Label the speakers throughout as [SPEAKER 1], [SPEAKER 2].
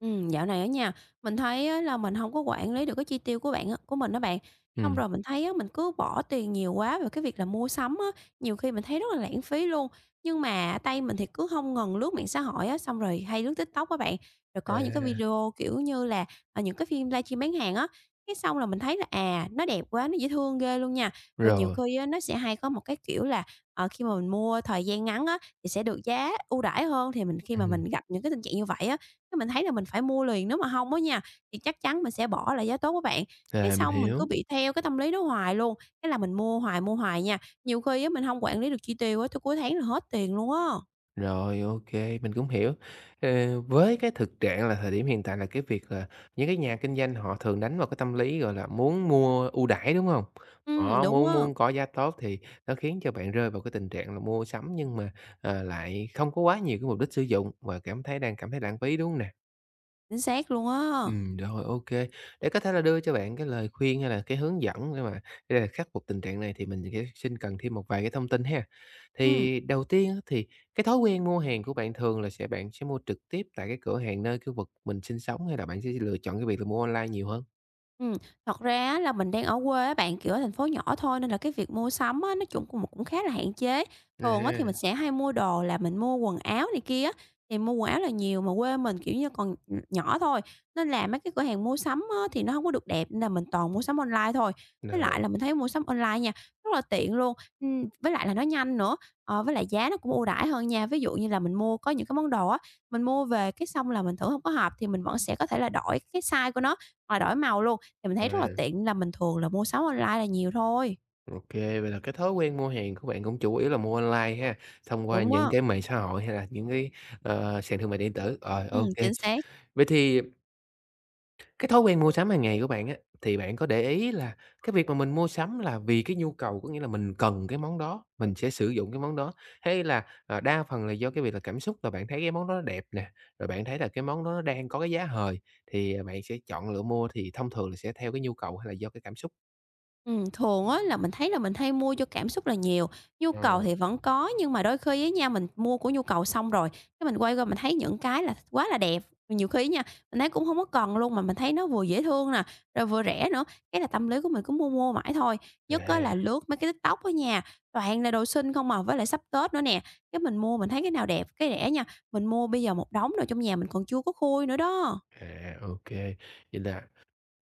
[SPEAKER 1] Dạo này ở nhà mình thấy á là mình không có quản lý được cái chi tiêu của bạn á của mình đó bạn. Xong
[SPEAKER 2] Ừm.
[SPEAKER 1] rồi mình thấy á, mình cứ bỏ tiền nhiều quá vào cái việc là mua sắm á, nhiều khi mình thấy rất là lãng phí luôn. Nhưng mà á tay mình thì cứ không ngừng lướt mạng xã hội á, xong rồi hay lướt TikTok á bạn. Rồi có những cái
[SPEAKER 2] À.
[SPEAKER 1] video, kiểu như là, à, những cái phim livestream bán hàng á, cái xong là mình thấy là, à, nó đẹp quá, nó dễ thương ghê luôn nha. Rồi nhiều
[SPEAKER 2] Rồi,
[SPEAKER 1] khi á, nó sẽ hay có một cái kiểu là, khi mà mình mua thời gian ngắn á, thì sẽ được giá ưu đãi hơn, thì mình khi mà
[SPEAKER 2] ừm,
[SPEAKER 1] mình gặp những cái tình trạng như vậy á, cái mình thấy là mình phải mua liền, nếu mà hông á nha, thì chắc chắn mình sẽ bỏ lại giá tốt á bạn. Cái
[SPEAKER 2] mình
[SPEAKER 1] xong mình cứ
[SPEAKER 2] hiểu,
[SPEAKER 1] bị theo cái tâm lý đó hoài luôn, cái là mình mua hoài nha, nhiều khi á mình hông quản lý được chi tiêu á, tới cuối tháng là hết tiền luôn á.
[SPEAKER 2] rồi, ok, mình cũng hiểu. Với cái thực trạng là thời điểm hiện tại là cái việc là những cái nhà kinh doanh họ thường đánh vào cái tâm lý, gọi là, muốn mua ưu đãi, đúng hông? Đó,
[SPEAKER 1] Đúng
[SPEAKER 2] muốn
[SPEAKER 1] á,
[SPEAKER 2] muốn có giá tốt thì nó khiến cho bạn rơi vào cái tình trạng là mua sắm nhưng mà, lại không có quá nhiều cái mục đích sử dụng và cảm thấy lãng phí, đúng hông nè?
[SPEAKER 1] chính xác luôn á.
[SPEAKER 2] Rồi, ô kê. Để có thể là đưa cho bạn cái lời khuyên hay là cái hướng dẫn để là khắc phục tình trạng này thì mình sẽ xin cần thêm một vài cái thông tin ha.
[SPEAKER 1] Ừm.
[SPEAKER 2] Thì đầu tiên á, thì cái thói quen mua hàng của bạn thường là bạn sẽ mua trực tiếp tại cái cửa hàng nơi khu vực mình sinh sống hay là bạn sẽ lựa chọn cái việc là mua online nhiều hơn?
[SPEAKER 1] Ừm, thật ra á là mình đang ở quê á bạn, kiểu, ở thành phố nhỏ thôi nên là cái việc mua sắm á, nói chung cũng cũng khá là hạn chế. Thường á thì mình
[SPEAKER 2] À.
[SPEAKER 1] sẽ hay mua đồ là mình mua quần áo này kia á, thì mua quần áo là nhiều, mà quê mình, kiểu như, còn, nhỏ thôi, nên là mấy cái cửa hàng mua sắm á thì nó không có được đẹp nên là mình toàn mua sắm online thôi. Với
[SPEAKER 2] Rồi,
[SPEAKER 1] lại là mình thấy mua sắm online nha, rất là tiện luôn, với lại là nó nhanh nữa, với lại giá nó cũng ưu đãi hơn nha. Ví dụ như là mình mua có những cái món đồ á, mình mua về cái xong là mình thử không có hợp thì mình vẫn sẽ có thể là đổi cái size của nó, hoặc là đổi màu luôn. Thì mình thấy rất là
[SPEAKER 2] à,
[SPEAKER 1] tiện là mình thường là mua sắm online là nhiều thôi.
[SPEAKER 2] ô kê, vậy là cái thói quen mua hàng của bạn cũng chủ yếu là mua online ha, thông qua
[SPEAKER 1] Đúng
[SPEAKER 2] những
[SPEAKER 1] á,
[SPEAKER 2] cái mạng xã hội hay là những cái, sàn thương mại điện tử. Rồi, ô kê.
[SPEAKER 1] chính xác.
[SPEAKER 2] Vậy thì cái thói quen mua sắm hàng ngày của bạn á, thì bạn có để ý là cái việc mà mình mua sắm là vì cái nhu cầu, có nghĩa là mình cần cái món đó, mình sẽ sử dụng cái món đó, hay là, đa phần là do cái việc là cảm xúc là bạn thấy cái món đó nó đẹp nè, rồi bạn thấy là cái món đó nó đang có cái giá hời thì, bạn sẽ chọn lựa mua thì thông thường là sẽ theo cái nhu cầu hay là do cái cảm xúc?
[SPEAKER 1] Thường á là mình thấy là mình hay mua cho cảm xúc là nhiều, nhu
[SPEAKER 2] Ờ,
[SPEAKER 1] cầu thì vẫn có nhưng mà đôi khi á nha, mình mua của nhu cầu xong rồi, cái mình quay qua mình thấy những cái là quá là đẹp, nhiều khi nha, mình thấy cũng hông có cần luôn mà mình thấy nó vừa dễ thương nè, rồi vừa rẻ nữa, cái là tâm lý của mình cứ mua mua mãi thôi. Nhất á là
[SPEAKER 2] à,
[SPEAKER 1] lướt mấy cái TikTok á nha, toàn là đồ xinh không à, với lại sắp Tết nữa nè, cái mình mua mình thấy cái nào đẹp, cái rẻ nha, mình mua bây giờ một đống đồ trong nhà mình còn chưa có khui nữa đó.
[SPEAKER 2] ô. Vậy là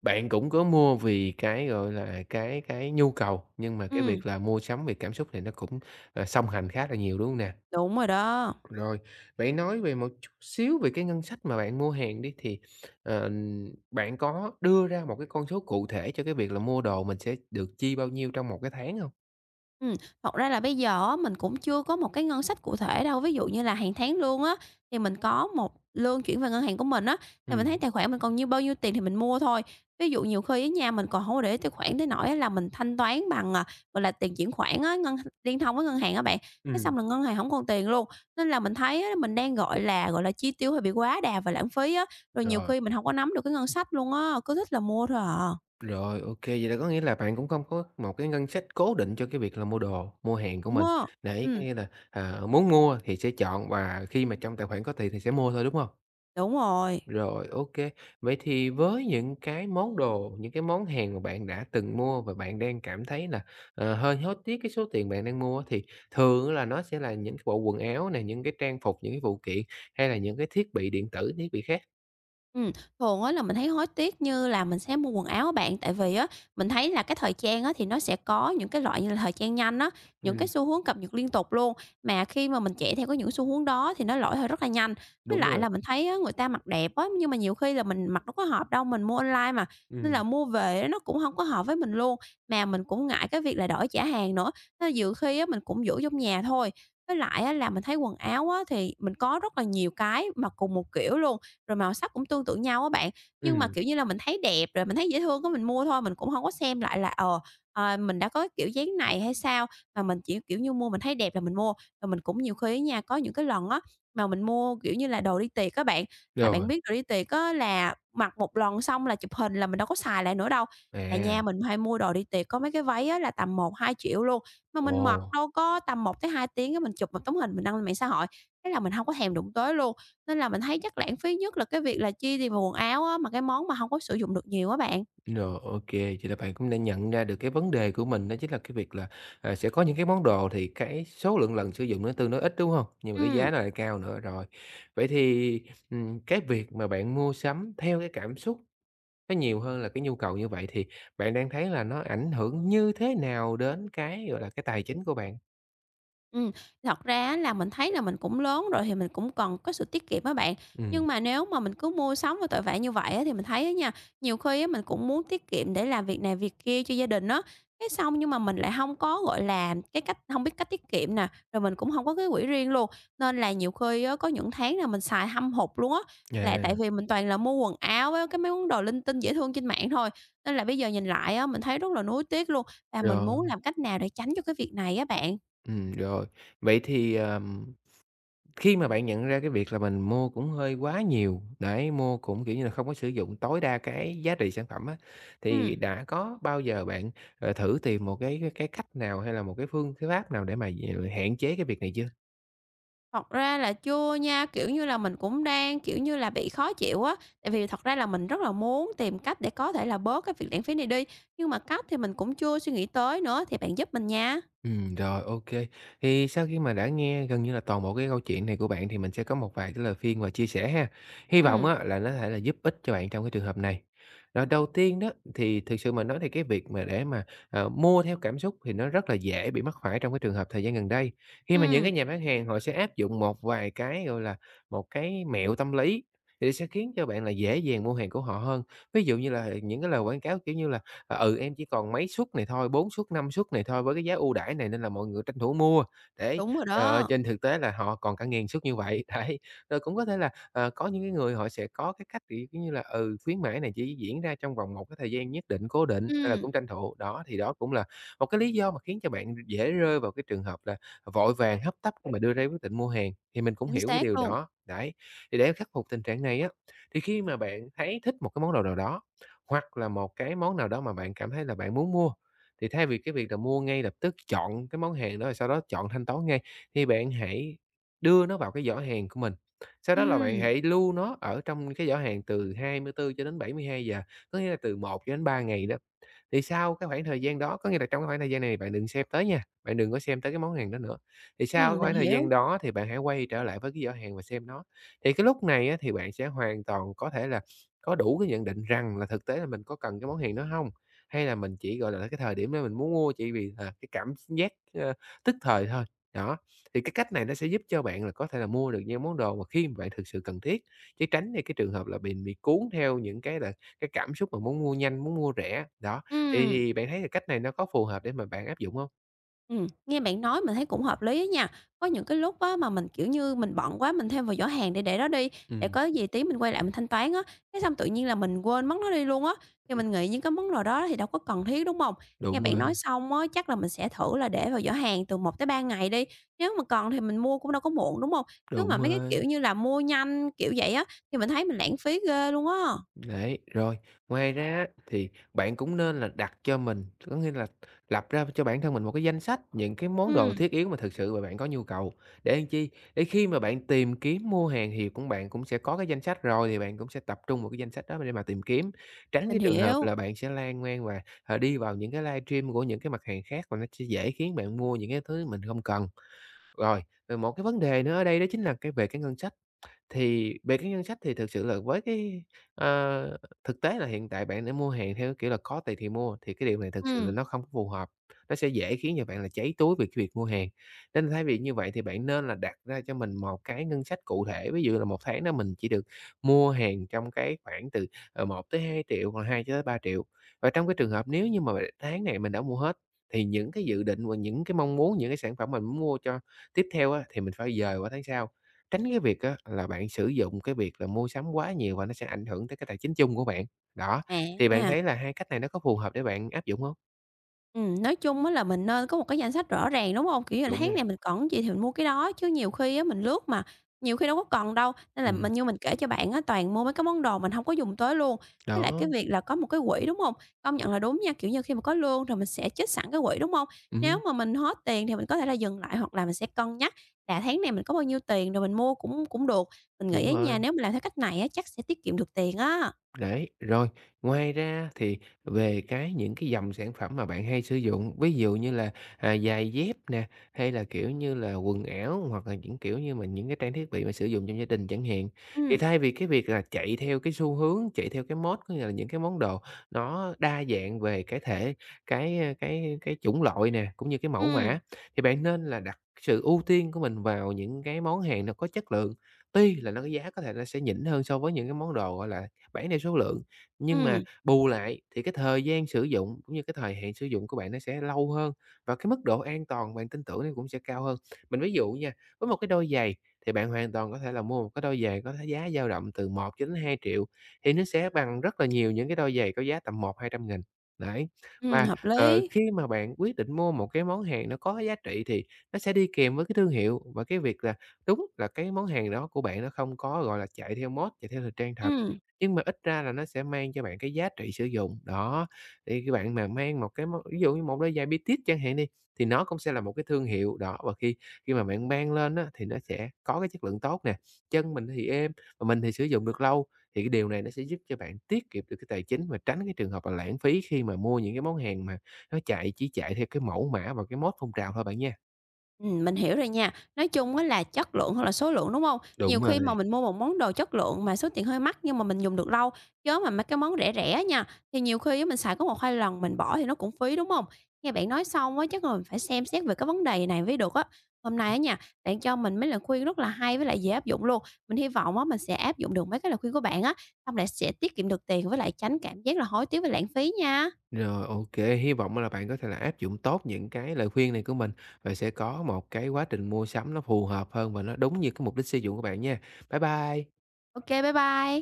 [SPEAKER 2] bạn cũng có mua vì cái, gọi là, cái nhu cầu, nhưng mà cái
[SPEAKER 1] Ừm,
[SPEAKER 2] việc là mua sắm vì cảm xúc thì nó cũng, song hành khá là nhiều, đúng không nè?
[SPEAKER 1] đúng rồi đó.
[SPEAKER 2] Rồi, vậy nói về một chút xíu về cái ngân sách mà bạn mua hàng đi, thì, ờ, bạn có đưa ra một cái con số cụ thể cho cái việc là mua đồ mình sẽ được chi bao nhiêu trong một cái tháng không?
[SPEAKER 1] Ừm, thật ra là bây giờ á, mình cũng chưa có một cái ngân sách cụ thể đâu, ví dụ như là hàng tháng lương á, thì mình có một lương chuyển về ngân hàng của mình á, thì mình
[SPEAKER 2] Ừ.
[SPEAKER 1] thấy tài khoản mình còn nhiêu bao nhiêu tiền thì mình mua thôi. Ví dụ nhiều khi á nha, mình còn hông có để ý tài khoản tới nỗi á là mình thanh toán bằng, gọi là, tiền chuyển khoản á, ngân liên thông với ngân hàng á bạn, cái
[SPEAKER 2] Ừm.
[SPEAKER 1] xong là ngân hàng hổng còn tiền luôn. Nên là mình thấy á, mình đang, gọi là, chi tiêu hơi bị quá đà và lãng phí á, rồi nhiều
[SPEAKER 2] Rồi,
[SPEAKER 1] khi mình hổng có nắm được cái ngân sách luôn á, cứ thích là mua thôi à.
[SPEAKER 2] rồi, OK. Vậy là có nghĩa là bạn cũng không có một cái ngân sách cố định cho cái việc là mua đồ, mua hàng của
[SPEAKER 1] Đúng
[SPEAKER 2] mình.
[SPEAKER 1] á,
[SPEAKER 2] Đấy, có
[SPEAKER 1] ừm,
[SPEAKER 2] nghĩa là, muốn mua thì sẽ chọn và khi mà trong tài khoản có tiền thì sẽ mua thôi, đúng không?
[SPEAKER 1] đúng rồi.
[SPEAKER 2] Rồi, ok. Vậy thì với những cái món đồ, những cái món hàng mà bạn đã từng mua và bạn đang cảm thấy là, hơi hối tiếc cái số tiền bạn đang mua á, thì thường á là nó sẽ là những cái bộ quần áo này, những cái trang phục, những cái phụ kiện hay là những cái thiết bị điện tử, thiết bị khác?
[SPEAKER 1] Ừm, thường á là mình thấy hối tiếc như là mình sẽ mua quần áo á bạn, tại vì á, mình thấy là cái thời trang á thì nó sẽ có những cái loại như là thời trang nhanh á, những
[SPEAKER 2] Ừm,
[SPEAKER 1] cái xu hướng cập nhật liên tục luôn, mà khi mà mình chạy theo cái những xu hướng đó thì nó lỗi thời rất là nhanh. Với
[SPEAKER 2] đúng
[SPEAKER 1] lại
[SPEAKER 2] rồi.
[SPEAKER 1] là mình thấy á, người ta mặc đẹp á, nhưng mà nhiều khi là mình mặc đâu có hợp đâu, mình mua online mà, nên
[SPEAKER 2] Ừm,
[SPEAKER 1] là mua về á nó cũng không có hợp với mình luôn, mà mình cũng ngại cái việc là đổi trả hàng nữa, nên là nhiều khi á mình cũng giữ trong nhà thôi. Với lại á là mình thấy quần áo á thì mình có rất là nhiều cái mà cùng một kiểu luôn, rồi màu sắc cũng tương tự nhau á bạn. Nhưng mà,
[SPEAKER 2] ừm,
[SPEAKER 1] kiểu như là, mình thấy đẹp rồi mình thấy dễ thương cái mình mua thôi, mình cũng không có xem lại là, mình đã có cái kiểu dáng này hay sao, mà mình chỉ, kiểu như, mua mình thấy đẹp là mình mua. Rồi mình cũng nhiều khi á nha, có những cái lần á, mà mình mua, kiểu như là, đồ đi tiệc các bạn, mà bạn
[SPEAKER 2] rồi,
[SPEAKER 1] biết đồ đi tiệc á là mặc một lần xong là chụp hình là mình đâu có xài lại nữa đâu. Tại nha,
[SPEAKER 2] à,
[SPEAKER 1] mình hay mua đồ đi tiệc có mấy cái váy á là tầm 1-2 triệu luôn, mà mình mặc
[SPEAKER 2] ồ.
[SPEAKER 1] đâu có tầm 1 tới 2 tiếng á, mình chụp một tấm hình mình đăng lên mạng xã hội, thế là mình không có thèm đụng tới luôn. Nên là mình thấy chắc lãng phí nhất là cái việc là chi tiền vào quần áo á, mà cái món mà hông có sử dụng được nhiều á bạn.
[SPEAKER 2] Rồi, OK, vậy là bạn cũng đã nhận ra được cái vấn đề của mình, đó chính là cái việc là, sẽ có những cái món đồ thì cái số lượng lần sử dụng nó tương đối ít, đúng không? Nhưng mà cái giá
[SPEAKER 1] Ừm.
[SPEAKER 2] nó lại cao nữa, rồi. Vậy thì, cái việc mà bạn mua sắm theo cái cảm xúc nó nhiều hơn là cái nhu cầu như vậy thì bạn đang thấy là nó ảnh hưởng như thế nào đến cái, gọi là, cái tài chính của bạn?
[SPEAKER 1] Ừm, thật ra á là mình thấy là mình cũng lớn rồi thì mình cũng cần có sự tiết kiệm á bạn.
[SPEAKER 2] Ừm,
[SPEAKER 1] Nhưng mà nếu mà mình cứ mua sắm và tội vạ như vậy á thì mình thấy á nha, nhiều khi á mình cũng muốn tiết kiệm để làm việc này việc kia cho gia đình á, cái xong nhưng mà mình lại không có, gọi là, cái cách không biết cách tiết kiệm nè, rồi mình cũng không có cái quỹ riêng luôn. Nên là nhiều khi á có những tháng là mình xài hâm hụt luôn á, là tại
[SPEAKER 2] à,
[SPEAKER 1] vì mình toàn là mua quần áo với cái mấy món đồ linh tinh dễ thương trên mạng thôi. Nên là bây giờ nhìn lại á mình thấy rất là nuối tiếc luôn, và mình muốn
[SPEAKER 2] rồi,
[SPEAKER 1] làm cách nào để tránh cho cái việc này á bạn.
[SPEAKER 2] rồi. Vậy thì, khi mà bạn nhận ra cái việc là mình mua cũng hơi quá nhiều, đấy, mua cũng, kiểu như là, không có sử dụng tối đa cái giá trị sản phẩm á, thì
[SPEAKER 1] Ừ.
[SPEAKER 2] đã có bao giờ bạn, thử tìm một cái cách nào hay là một cái phương cái pháp nào để mà hạn chế cái việc này chưa?
[SPEAKER 1] Thật ra là chưa nha, kiểu như là, mình cũng đang, kiểu như là, bị khó chịu á, tại vì thật ra là mình rất là muốn tìm cách để có thể là bớt cái việc lãng phí này đi, nhưng mà cách thì mình cũng chưa suy nghĩ tới nữa, thì bạn giúp mình nha.
[SPEAKER 2] Ừ rồi, OK. Thì sau khi mà đã nghe gần như là toàn bộ cái câu chuyện này của bạn thì mình sẽ có một vài cái lời khuyên và chia sẻ ha. Hy vọng
[SPEAKER 1] Ừm,
[SPEAKER 2] á là nó có thể là giúp ích cho bạn trong cái trường hợp này. Rồi đầu tiên đó, thì thực sự mà nói thì cái việc mà để mà, mua theo cảm xúc thì nó rất là dễ bị mắc phải trong cái trường hợp thời gian gần đây, khi mà những
[SPEAKER 1] ừm,
[SPEAKER 2] cái nhà bán hàng họ sẽ áp dụng một vài cái, gọi là, một cái mẹo tâm lý, thì sẽ khiến cho bạn là dễ dàng mua hàng của họ hơn. Ví dụ như là những cái lời quảng cáo, kiểu như là em chỉ còn mấy suất này thôi, 4 suất, 5 suất này thôi với cái giá ưu đãi này nên là mọi người tranh thủ mua." Đấy,
[SPEAKER 1] đúng rồi đó.
[SPEAKER 2] trên thực tế là họ còn cả nghìn suất như vậy, đấy. Rồi cũng có thể là, có những cái người họ sẽ có cái cách, kiểu, như là, khuyến mãi này chỉ diễn ra trong vòng một cái thời gian nhất định cố định, nên là
[SPEAKER 1] Ừm,
[SPEAKER 2] cũng tranh thủ. Đó, thì đó cũng là một cái lý do mà khiến cho bạn dễ rơi vào cái trường hợp là vội vàng, hấp tấp khi mà đưa ra quyết định mua hàng, thì mình cũng
[SPEAKER 1] chính
[SPEAKER 2] hiểu cái
[SPEAKER 1] xác
[SPEAKER 2] điều
[SPEAKER 1] luôn.
[SPEAKER 2] đó. Đấy, thì để khắc phục tình trạng này á, thì khi mà bạn thấy thích một cái món đồ nào đó hoặc là một cái món nào đó mà bạn cảm thấy là bạn muốn mua. Thì thay vì cái việc là mua ngay lập tức, chọn cái món hàng đó rồi sau đó chọn thanh toán ngay, thì bạn hãy đưa nó vào cái giỏ hàng của mình. Sau đó là bạn
[SPEAKER 1] Ừm,
[SPEAKER 2] hãy lưu nó ở trong cái giỏ hàng từ 24 cho đến 72 giờ, có nghĩa là từ một cho đến 3 ngày đó. Thì sau cái khoảng thời gian đó có nghĩa là trong cái khoảng thời gian này bạn đừng xem tới nha, bạn đừng có xem tới cái món hàng đó nữa. Thì sau cái
[SPEAKER 1] ừm, mình
[SPEAKER 2] khoảng thời
[SPEAKER 1] hiểu.
[SPEAKER 2] gian đó thì bạn hãy quay trở lại với cái giỏ hàng và xem nó. Thì cái lúc này á, thì bạn sẽ hoàn toàn có thể là có đủ cái nhận định rằng là thực tế là mình có cần cái món hàng đó không, hay là mình chỉ, gọi là, cái thời điểm đó mình muốn mua chỉ vì là cái cảm giác, tức thời thôi. Đó, thì cái cách này nó sẽ giúp cho bạn là có thể là mua được những món đồ mà khi mà bạn thực sự cần thiết, chứ tránh đi cái trường hợp là mình bị cuốn theo những cái là cái cảm xúc mà muốn mua nhanh, muốn mua rẻ. Đó. Thì
[SPEAKER 1] Ừm.
[SPEAKER 2] thì bạn thấy là cách này nó có phù hợp để mà bạn áp dụng hông?
[SPEAKER 1] Nghe bạn nói mình thấy cũng hợp lý á nha. Có những cái lúc á mà mình, kiểu như, mình bận quá mình thêm vào giỏ hàng để đó đi, để
[SPEAKER 2] Ừm,
[SPEAKER 1] có gì tí mình quay lại mình thanh toán á, cái xong tự nhiên là mình quên mất nó đi luôn á,
[SPEAKER 2] Ừm,
[SPEAKER 1] thì
[SPEAKER 2] đúng.
[SPEAKER 1] mình nghĩ những cái món đồ đó thì đâu có cần thiết, đúng không? Nghe bạn
[SPEAKER 2] rồi,
[SPEAKER 1] nói xong á, chắc là mình sẽ thử là để vào giỏ hàng từ 1 tới 3 ngày đi, nếu mà còn thì mình mua cũng đâu có muộn, đúng không? Chứ
[SPEAKER 2] đúng
[SPEAKER 1] mà mấy cái
[SPEAKER 2] rồi,
[SPEAKER 1] kiểu như là mua nhanh, kiểu vậy á, thì mình thấy mình lãng phí ghê luôn á.
[SPEAKER 2] rồi. Ngoài ra á, thì bạn cũng nên là đặt cho mình có nghĩa là lập ra cho bản thân mình một cái danh sách những cái món đồ
[SPEAKER 1] Ừm,
[SPEAKER 2] thiết yếu mà thực sự mà bạn có nhu cầu, để làm chi? Để khi mà bạn tìm kiếm mua hàng thì bạn cũng sẽ có cái danh sách rồi thì bạn cũng sẽ tập trung vào cái danh sách đó để mà tìm kiếm, tránh cái
[SPEAKER 1] mình
[SPEAKER 2] trường hợp
[SPEAKER 1] hiểu,
[SPEAKER 2] là bạn sẽ lan man và, đi vào những cái livestream của những cái mặt hàng khác và nó sẽ dễ khiến bạn mua những cái thứ mình không cần. Rồi, rồi một cái vấn đề nữa ở đây đó chính là cái về cái ngân sách. Thì về cái ngân sách thì thực sự là với cái, ờ, thực tế là hiện tại bạn để mua hàng theo kiểu là có tiền thì mua, thì cái điều này thực sự là
[SPEAKER 1] ừm,
[SPEAKER 2] nó không có phù hợp, nó sẽ dễ khiến cho bạn là cháy túi về cái việc mua hàng. Nên thay vì như vậy thì bạn nên là đặt ra cho mình một cái ngân sách cụ thể, ví dụ là một tháng đó mình chỉ được mua hàng trong cái khoảng từ, 1 000 000 2 hoặc 2 cho tới 3 triệu. Và trong cái trường hợp nếu như mà tháng này mình đã mua hết, thì những cái dự định và những cái mong muốn, những cái sản phẩm mình muốn mua cho tiếp theo á, thì mình phải dời qua tháng sau. Tránh cái việc á là bạn sử dụng cái việc là mua sắm quá nhiều và nó sẽ ảnh hưởng tới cái tài chính chung của bạn. Đó, thì bạn
[SPEAKER 1] à.
[SPEAKER 2] thấy là hai cách này nó có phù hợp để bạn áp dụng hông?
[SPEAKER 1] Nói chung á là mình nên có một cái danh sách rõ ràng, đúng không? Kiểu như là,
[SPEAKER 2] Đúng
[SPEAKER 1] tháng
[SPEAKER 2] rồi,
[SPEAKER 1] này mình cần cái gì thì mình mua cái đó, chứ nhiều khi á mình lướt mà, nhiều khi đâu có cần đâu, nên là
[SPEAKER 2] ừm,
[SPEAKER 1] mình như mình kể cho bạn á, toàn mua mấy cái món đồ mình không có dùng tới luôn. Với lại
[SPEAKER 2] đó,
[SPEAKER 1] cái việc là có một cái quỹ, đúng không? Công nhận là đúng nha, kiểu như, khi mà có lương rồi mình sẽ trích sẵn cái quỹ, đúng không?
[SPEAKER 2] ừm,
[SPEAKER 1] Nếu mà mình hết tiền thì mình có thể là dừng lại, hoặc là mình sẽ cân nhắc là tháng này mình có bao nhiêu tiền rồi mình mua cũng cũng được. Mình nghĩ
[SPEAKER 2] đúng
[SPEAKER 1] ở
[SPEAKER 2] rồi.
[SPEAKER 1] nhà nếu mình làm theo cách này á, chắc sẽ tiết kiệm được tiền á.
[SPEAKER 2] Đấy, rồi, ngoài ra thì về cái những cái dòng sản phẩm mà bạn hay sử dụng, ví dụ như là, giày dép nè, hay là, kiểu như là, quần áo hoặc là những, kiểu như mà, những cái trang thiết bị mà sử dụng trong gia đình chẳng hạn, thì
[SPEAKER 1] Ừm,
[SPEAKER 2] thay vì cái việc là chạy theo cái xu hướng, chạy theo cái mốt có nghĩa là những cái món đồ nó đa dạng về cái thể cái, cái chủng loại nè, cũng như cái mẫu
[SPEAKER 1] ừm,
[SPEAKER 2] mã, thì bạn nên là đặt sự ưu tiên của mình vào những cái món hàng nó có chất lượng. Tuy là nó cái giá có thể nó sẽ nhỉnh hơn so với những cái món đồ, gọi là, bản theo số lượng, nhưng mà
[SPEAKER 1] ừm,
[SPEAKER 2] bù lại thì cái thời gian sử dụng cũng như cái thời hạn sử dụng của bạn nó sẽ lâu hơn và cái mức độ an toàn bạn tin tưởng nó cũng sẽ cao hơn. Mình ví dụ nha, với một cái đôi giày thì bạn hoàn toàn có thể là mua một cái đôi giày có cái giá dao động từ một cho đến 2 triệu thì nó sẽ bằng rất là nhiều những cái đôi giày có giá tầm 1–2 trăm nghìn. Đấy,
[SPEAKER 1] ừm,
[SPEAKER 2] và,
[SPEAKER 1] hợp lý.
[SPEAKER 2] khi mà bạn quyết định mua một cái món hàng nó có giá trị thì nó sẽ đi kèm với cái thương hiệu và cái việc là đúng là cái món hàng đó của bạn nó không có, gọi là, chạy theo mốt, chạy theo thời trang thật.
[SPEAKER 1] Ừm.
[SPEAKER 2] Nhưng mà ít ra là nó sẽ mang cho bạn cái giá trị sử dụng, đó. Thì khi bạn mà mang một cái món ví dụ như một đôi giày Bitis chẳng hạn đi, thì nó cũng sẽ là một cái thương hiệu, đó, và khi khi mà bạn mang lên á, thì nó sẽ có cái chất lượng tốt nè, chân mình thì êm, và mình thì sử dụng được lâu, thì cái điều này nó sẽ giúp cho bạn tiết kiệm được cái tài chính và tránh cái trường hợp là lãng phí khi mà mua những cái món hàng mà nó chạy chỉ chạy theo cái mẫu mã và cái mốt phong trào thôi bạn nha.
[SPEAKER 1] Mình hiểu rồi nha. Nói chung á là chất lượng hơn là số lượng, đúng không?
[SPEAKER 2] Đúng
[SPEAKER 1] Nhiều khi mà
[SPEAKER 2] rồi.
[SPEAKER 1] mình mua một món đồ chất lượng mà số tiền hơi mắc nhưng mà mình dùng được lâu, chứ mà mấy cái món rẻ rẻ nha, thì nhiều khi á mình xài có 1-2 lần mình bỏ thì nó cũng phí, đúng không? Nghe bạn nói xong á chắc là mình phải xem xét về cái vấn đề này mới được á. Hôm nay á nha, bạn cho mình mấy lời khuyên rất là hay với lại dễ áp dụng luôn. Mình hy vọng á mình sẽ áp dụng được mấy cái lời khuyên của bạn á, xong lại sẽ tiết kiệm được tiền với lại tránh cảm giác là hối tiếc và lãng phí nha.
[SPEAKER 2] Rồi, ok. Hy vọng là bạn có thể là áp dụng tốt những cái lời khuyên này của mình và sẽ có một cái quá trình mua sắm nó phù hợp hơn và nó đúng như cái mục đích sử dụng của bạn nha. Bye bye.
[SPEAKER 1] OK, bye bye.